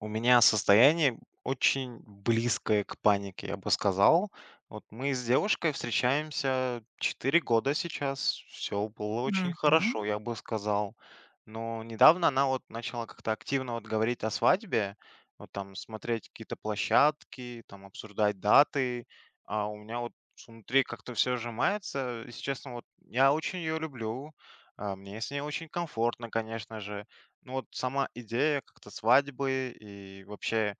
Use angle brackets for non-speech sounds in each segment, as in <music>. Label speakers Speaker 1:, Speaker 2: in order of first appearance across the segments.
Speaker 1: У меня состояние очень близкое к панике, я бы сказал. Вот мы с девушкой встречаемся 4 года сейчас. Все было
Speaker 2: Мгм.
Speaker 1: очень
Speaker 2: М,
Speaker 1: хорошо,
Speaker 2: мгм.
Speaker 1: я бы сказал. Но недавно она вот начала как-то активно вот говорить о свадьбе, вот там смотреть какие-то площадки, там обсуждать даты. А у меня вот внутри как-то все сжимается. Если честно, вот я очень ее люблю. Мне с ней очень комфортно, конечно же. Ну вот сама идея как-то свадьбы и вообще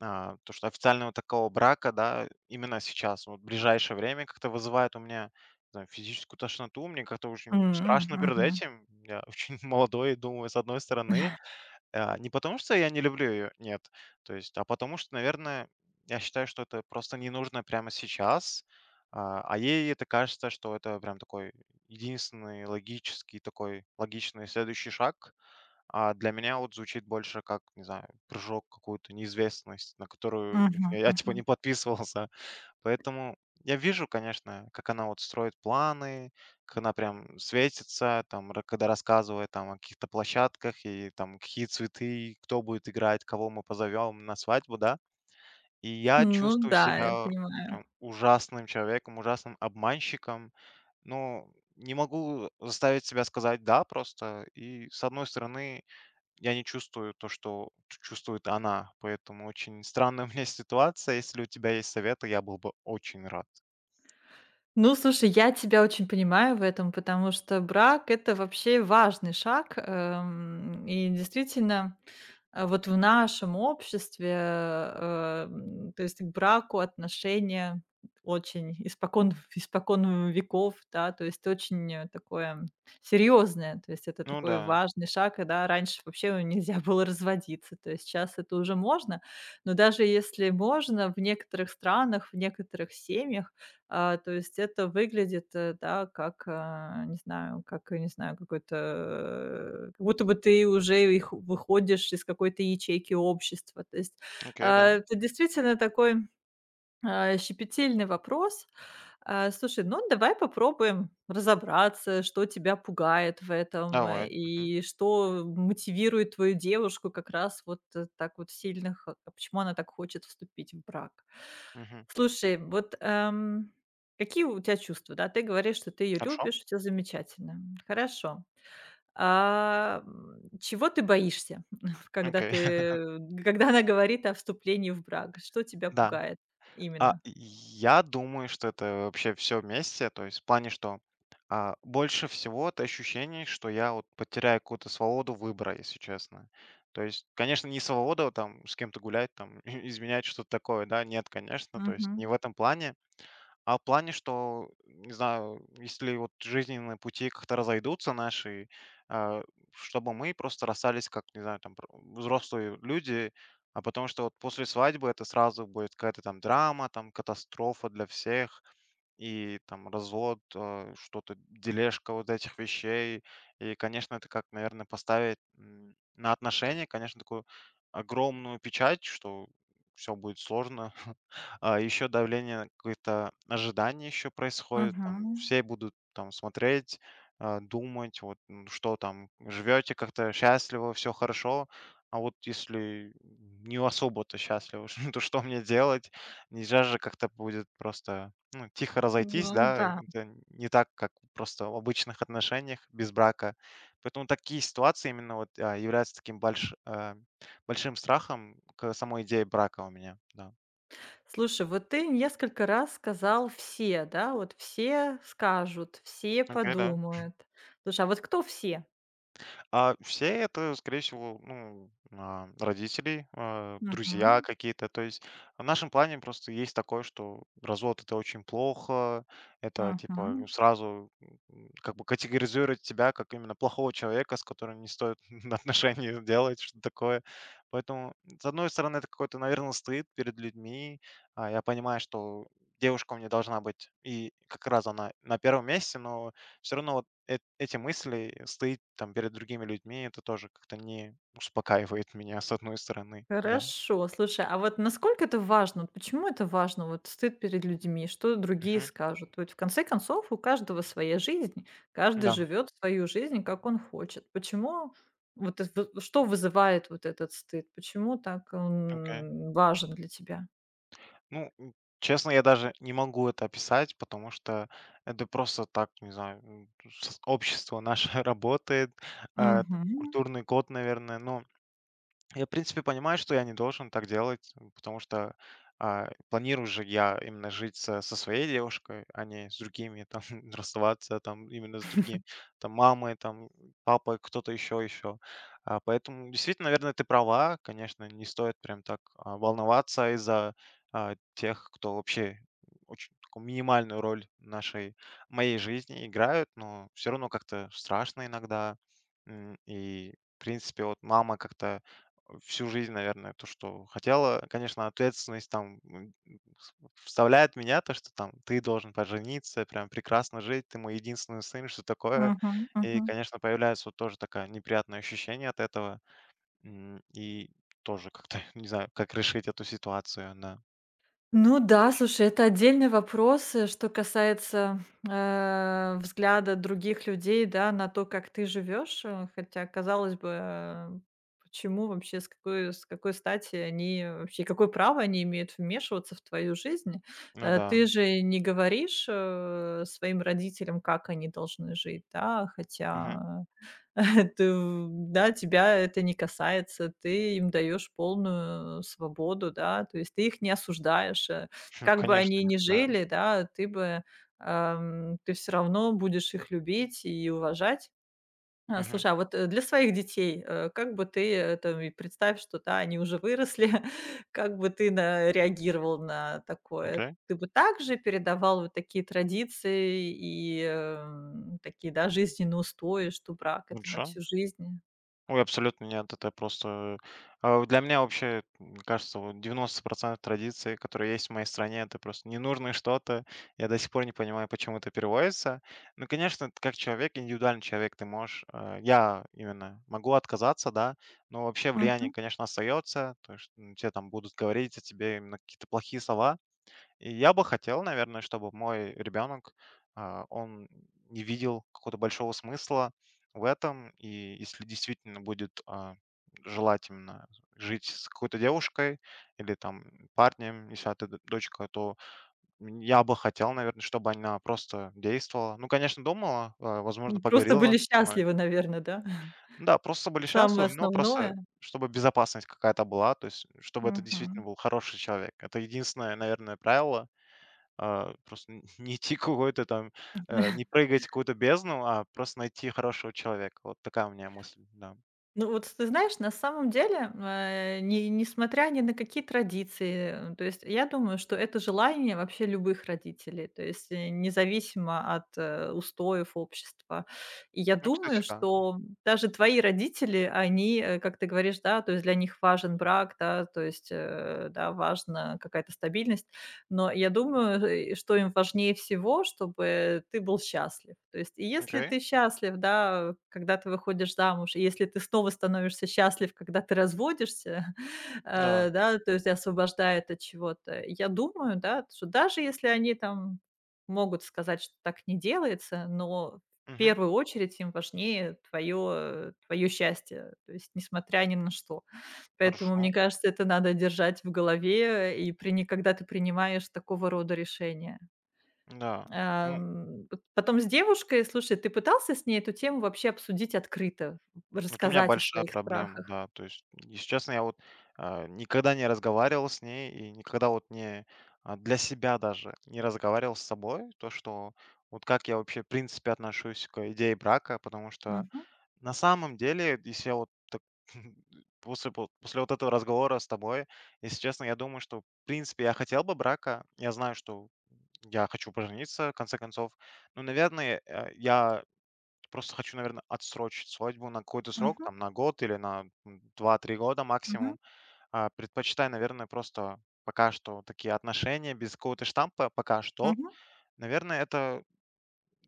Speaker 1: то, что официального такого брака, да, именно сейчас, вот в ближайшее время как-то вызывает у меня, не знаю, физическую тошноту. Мне как-то очень страшно перед этим. Я <laughs> очень молодой, думаю, с одной стороны. Не потому, что я не люблю ее, нет. То есть, потому что, наверное, я считаю, что это просто не нужно прямо сейчас. А ей это кажется, что это прям такой единственный логический, такой логичный следующий шаг. А для меня вот звучит больше как, не знаю, прыжок в какую-то неизвестность, на которую
Speaker 2: Мгм,
Speaker 1: <laughs> я типа
Speaker 2: мгм.
Speaker 1: не подписывался. Поэтому я вижу, конечно, как она вот строит планы, как она прям светится, там, когда рассказывает там о каких-то площадках и там какие цветы, кто будет играть, кого мы позовем на свадьбу, да. И я
Speaker 2: Ну
Speaker 1: чувствую
Speaker 2: да, я
Speaker 1: себя
Speaker 2: понимаю.
Speaker 1: прям ужасным человеком, ужасным обманщиком, но не могу заставить себя сказать «да» просто. И, с одной стороны, я не чувствую то, что чувствует она, поэтому очень странная <laughs> у меня ситуация. Если у тебя есть советы, я был бы очень рад.
Speaker 2: Ну, слушай, я тебя очень понимаю в этом, потому что брак- это вообще важный шаг, и действительно. А вот в нашем обществе, то есть к браку отношения очень испокон веков, да, то есть очень, такое серьезное, то есть это
Speaker 1: Ну
Speaker 2: такой
Speaker 1: да,
Speaker 2: важный шаг, и да, раньше вообще нельзя было разводиться, то есть сейчас это уже можно. Но даже если можно, в некоторых странах, в некоторых семьях то есть это выглядит, да, как, не знаю, как, я не знаю, какой-то, как будто бы ты уже их выходишь из какой-то ячейки общества. То есть,
Speaker 1: окей, да,
Speaker 2: это действительно такой, щепетильный вопрос. Слушай, ну давай попробуем разобраться, что тебя пугает в этом,
Speaker 1: давай. Мгм,
Speaker 2: и что мотивирует твою девушку как раз вот, так вот сильно, х а почему она так хочет вступить в брак.
Speaker 1: мгм.
Speaker 2: Слушай, вот, какие у тебя чувства, да? Ты говоришь, что ты ее
Speaker 1: Хорошо,
Speaker 2: любишь, всё замечательно, хорошо. Чего ты боишься, <laughs> когда
Speaker 1: окей, <laughs>
Speaker 2: ты когда она говорит о вступлении в брак? Что тебя
Speaker 1: да.
Speaker 2: пугает именно?
Speaker 1: Я думаю, что это вообще все вместе, то есть в плане, что, больше всего это ощущение, что я вот потеряю какую-то свободу выбора, если честно. То есть, конечно, не свободу там с кем-то гулять, там, <laughs> изменять, что-то такое, да, нет, конечно, то есть
Speaker 2: Мгм,
Speaker 1: не в этом плане. А в плане, что, не знаю, если вот жизненные пути как-то разойдутся наши, а, чтобы мы просто расстались как, не знаю, там, взрослые люди, а потому что вот после свадьбы это сразу будет какая-то там драма, там катастрофа для всех, и там развод, что-то, дележка вот этих вещей. И, конечно, это как, наверное, поставить на отношения, конечно, такую огромную печать, что все будет сложно, а еще давление, какое-то ожидание еще происходит, там
Speaker 2: мгм.
Speaker 1: все будут там смотреть, думать, вот что там, живете как-то счастливо, все хорошо, а вот если не особо-то счастливо, <laughs> то что мне делать? Нельзя же как-то будет просто, ну, тихо разойтись,
Speaker 2: Ну
Speaker 1: да,
Speaker 2: да.
Speaker 1: это не так, как просто в обычных отношениях без брака. Поэтому такие ситуации именно вот являются таким большим страхом к самой идее брака у меня, да.
Speaker 2: Слушай, вот ты несколько раз сказал «все», да? Вот все скажут, все
Speaker 1: Окей, да.
Speaker 2: подумают. Слушай, а вот кто все?
Speaker 1: А все это, скорее всего, ну, родители, друзья
Speaker 2: Мгм.
Speaker 1: какие-то. То есть в нашем плане просто есть такое, что развод это очень плохо. Это типа,
Speaker 2: Мгм.
Speaker 1: ну, сразу как бы категоризирует тебя как именно плохого человека, с которым не стоит <laughs> отношения делать, что такое. Поэтому, с одной стороны, это какой-то, наверное, стыд перед людьми. Я понимаю, что девушка у меня должна быть, и как раз она на первом месте, но все равно вот эт эти мысли, стоит там перед другими людьми, это тоже как-то не успокаивает меня, с одной стороны, да.
Speaker 2: Хорошо. Слушай, а вот насколько это важно? Вот почему это важно? Вот стыд перед людьми, что другие
Speaker 1: Мгм.
Speaker 2: скажут? Ведь в конце концов у каждого своя жизнь, каждый
Speaker 1: Да,
Speaker 2: живет свою жизнь, как он хочет. Почему вот это вот что вызывает вот этот стыд? Почему так
Speaker 1: окей.
Speaker 2: он важен для тебя?
Speaker 1: Ну, честно, я даже не могу это описать, потому что это просто так, не знаю, с общество наше <laughs> работает, это
Speaker 2: Мгм.
Speaker 1: культурный код, наверное. Но я, в принципе, понимаю, что я не должен так делать, потому что планирую же я именно жить со своей девушкой, а не с другими, там, <laughs> расставаться, там, именно с другим, там, мамой, там, папой, кто-то еще, еще. Поэтому, действительно, наверное, ты права, конечно, не стоит прям так волноваться из-за тех, кто вообще очень такую минимальную роль в нашей, моей жизни играют, но все равно как-то страшно иногда. И, в принципе, вот мама как-то всю жизнь, наверное, то, что хотела. Конечно, ответственность там с- вставляет меня, то, что там ты должен пожениться, прям прекрасно жить, ты мой единственный сын, что такое.
Speaker 2: Мгм,
Speaker 1: И,
Speaker 2: мгм.
Speaker 1: конечно, появляется вот тоже такое неприятное ощущение от этого. И тоже как-то, <laughs> не знаю, как решить эту ситуацию, да.
Speaker 2: Ну да, слушай, это отдельный вопрос, что касается, взгляда других людей, да, на то, как ты живешь. Хотя, казалось бы, почему вообще, с какой стати они вообще, какое право они имеют вмешиваться в твою жизнь?
Speaker 1: Ну да.
Speaker 2: Ты же не говоришь, своим родителям, как они должны жить, да,
Speaker 1: Мгм.
Speaker 2: хотя. <laughs> Ты, в Да, тебя это не касается, ты им даешь полную свободу, да, то есть ты их не осуждаешь.
Speaker 1: <laughs>
Speaker 2: Как бы
Speaker 1: Конечно,
Speaker 2: они ни
Speaker 1: да.
Speaker 2: жили, да, ты все равно будешь их любить и уважать.
Speaker 1: Мгм.
Speaker 2: Слушай, а вот, для своих детей, как бы ты, там, и представь, что, да, они уже выросли, <laughs> как бы ты на реагировал на такое?
Speaker 1: Окей.
Speaker 2: Ты бы также передавал вот такие традиции и, такие, да, жизненные устои, что брак- это на
Speaker 1: Хорошо.
Speaker 2: всю жизнь?
Speaker 1: Ой, абсолютно нет, это просто. Для меня вообще, кажется, вот 90% традиций, которые есть в моей стране, это просто ненужное что-то. Я до сих пор не понимаю, почему это переводится. Ну, конечно, как человек, индивидуальный человек, ты можешь, а я именно могу отказаться, да, но вообще влияние,
Speaker 2: Мгм.
Speaker 1: конечно, остается. То есть те там будут говорить о тебе именно какие-то плохие слова, и я бы хотел, наверное, чтобы мой ребенок, он не видел какого-то большого смысла в этом. И если действительно будет желать именно жить с какой-то девушкой или там парнем, если это дочка, то я бы хотел, наверное, чтобы она просто действовала. Ну, конечно, думала, возможно,
Speaker 2: Просто
Speaker 1: поговорила
Speaker 2: были
Speaker 1: со мной.
Speaker 2: счастливы, наверное, да? <laughs>
Speaker 1: Ну да, просто были
Speaker 2: Самое
Speaker 1: счастливы, но просто
Speaker 2: основное.
Speaker 1: чтобы безопасность какая-то была, то есть чтобы это действительно был хороший человек. Это единственное, наверное, правило, просто н <laughs> не идти какой-то там, не прыгать в какую-то бездну, а просто найти хорошего человека. Вот такая у меня мысль, да.
Speaker 2: Ну вот ты знаешь, на самом деле, э, не несмотря ни на какие традиции, то есть я думаю, что это желание вообще любых родителей, то есть, независимо от, устоев общества. И я
Speaker 1: Ну, кстати,
Speaker 2: думаю,
Speaker 1: да.
Speaker 2: что даже твои родители, они, как ты говоришь, да, то есть для них важен брак, да, то есть, да, важна какая-то стабильность. Но я думаю, что им важнее всего, чтобы ты был счастлив. То есть, и если
Speaker 1: Окей.
Speaker 2: ты счастлив, да, когда ты выходишь замуж, и если ты снова становишься счастлив, когда ты разводишься, <laughs>
Speaker 1: Да.
Speaker 2: да, то есть освобождает от чего-то. Я думаю, да, что даже если они там могут сказать, что так не делается, но в
Speaker 1: Мгм.
Speaker 2: первую очередь им важнее твое счастье, то есть несмотря ни на что. Поэтому,
Speaker 1: Хорошо.
Speaker 2: мне кажется, это надо держать в голове, и при ни когда ты принимаешь такого рода решения.
Speaker 1: Да. Ну,
Speaker 2: Ам, п потом с девушкой, слушай, ты пытался с ней эту тему вообще обсудить открыто,
Speaker 1: вот у меня
Speaker 2: рассказать о
Speaker 1: большая
Speaker 2: своих
Speaker 1: проблема,
Speaker 2: страхах?
Speaker 1: да. То есть, если честно, я вот, никогда не разговаривал с ней и никогда вот не, для себя даже не разговаривал с собой. То, что вот как я вообще в принципе отношусь к идее брака, потому что
Speaker 2: Мгм,
Speaker 1: На самом деле, если я вот так <laughs> после вот этого разговора с тобой, если честно, я думаю, что, в принципе, я хотел бы брака. Я знаю, что я хочу пожениться, в конце концов. Но, наверное, я просто хочу, наверное, отсрочить свадьбу на какой-то срок,
Speaker 2: мгм,
Speaker 1: там, на год или на, 2-3 года
Speaker 2: мгм,
Speaker 1: максимум. Предпочитаю, наверное, просто пока что такие отношения без какого-то штампа, пока что.
Speaker 2: мгм.
Speaker 1: Наверное, это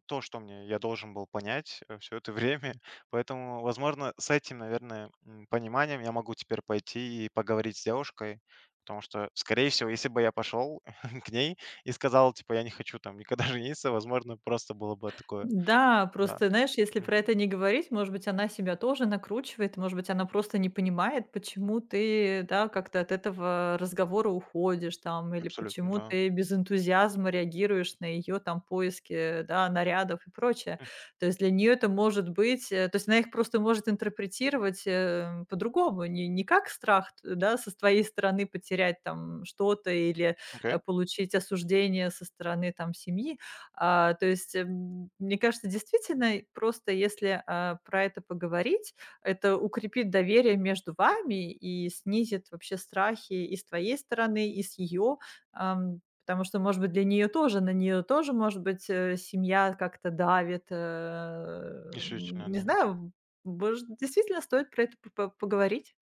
Speaker 1: то, что мне я должен был понять все это время. <laughs> Поэтому, возможно, с этим, наверное, пониманием я могу теперь пойти и поговорить с девушкой, потому что, скорее всего, если бы я пошел <laughs> к ней и сказал, типа, я не хочу там никогда <laughs> жениться, возможно, просто было бы такое.
Speaker 2: Да,
Speaker 1: Да,
Speaker 2: просто, знаешь, если про
Speaker 1: мгм,
Speaker 2: это не говорить, может быть, она себя тоже накручивает, может быть, она просто не понимает, почему ты, да, как-то от этого разговора уходишь там, или
Speaker 1: абсолютно,
Speaker 2: почему
Speaker 1: да.
Speaker 2: ты без энтузиазма реагируешь на ее там поиски, да, нарядов и прочее.
Speaker 1: М,
Speaker 2: То есть для нее это может быть, то есть она их просто может интерпретировать по-другому, не как страх, да, со твоей стороны потерять там что-то или
Speaker 1: Окей,
Speaker 2: получить осуждение со стороны там семьи, то есть, мне кажется, действительно, просто если, про это поговорить, это укрепит доверие между вами и снизит вообще страхи и с твоей стороны, и с ее. Потому что, может быть, для нее тоже, на нее тоже, может быть, семья как-то давит.
Speaker 1: действительно,
Speaker 2: Не
Speaker 1: да.
Speaker 2: знаю, может, действительно стоит про это п по поговорить.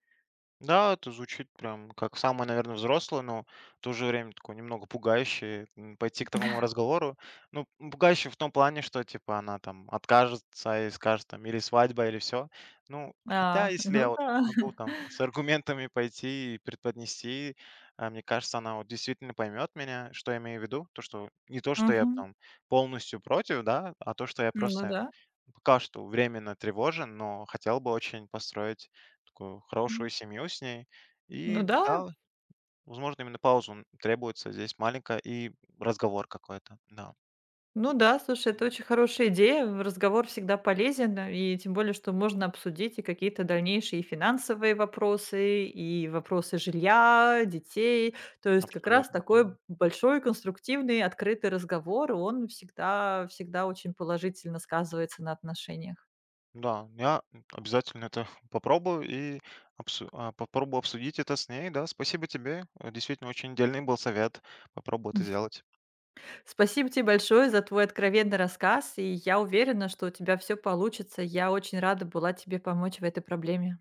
Speaker 1: Да, это звучит прям как самое, наверное, взрослое, но в то же время такое немного пугающее, пойти к такому разговору. Ну, пугающее в том плане, что, типа, она там откажется и скажет там или свадьба, или все. Ну, хотя, если
Speaker 2: Ну
Speaker 1: я вот
Speaker 2: да.
Speaker 1: могу
Speaker 2: <laughs>
Speaker 1: там с аргументами пойти и преподнести, мне кажется, она вот действительно поймет меня, что я имею в виду. То, что не то, что я
Speaker 2: Мгм.
Speaker 1: там полностью против, да, а то, что я
Speaker 2: Ну
Speaker 1: просто
Speaker 2: да.
Speaker 1: пока что временно тревожен, но хотел бы очень построить такую хорошую
Speaker 2: М,
Speaker 1: семью с ней.
Speaker 2: ну
Speaker 1: И
Speaker 2: да.
Speaker 1: да, возможно, именно паузу требуется здесь маленькая и разговор какой-то. Да,
Speaker 2: Ну да, слушай, это очень хорошая идея. В Разговор всегда полезен, и тем более, что можно обсудить и какие-то дальнейшие финансовые вопросы, и вопросы жилья, детей. То есть как раз
Speaker 1: абсолютно. Да,
Speaker 2: такой большой, конструктивный, открытый разговор, он всегда, всегда очень положительно сказывается на отношениях.
Speaker 1: да, я обязательно это <laughs> попробую и попробую обсудить это с ней. Да, спасибо тебе. Действительно, очень дельный был совет. Попробую это
Speaker 2: <laughs>
Speaker 1: сделать.
Speaker 2: Спасибо тебе большое за твой откровенный рассказ, и я уверена, что у тебя все получится. Я очень рада была тебе помочь в этой проблеме.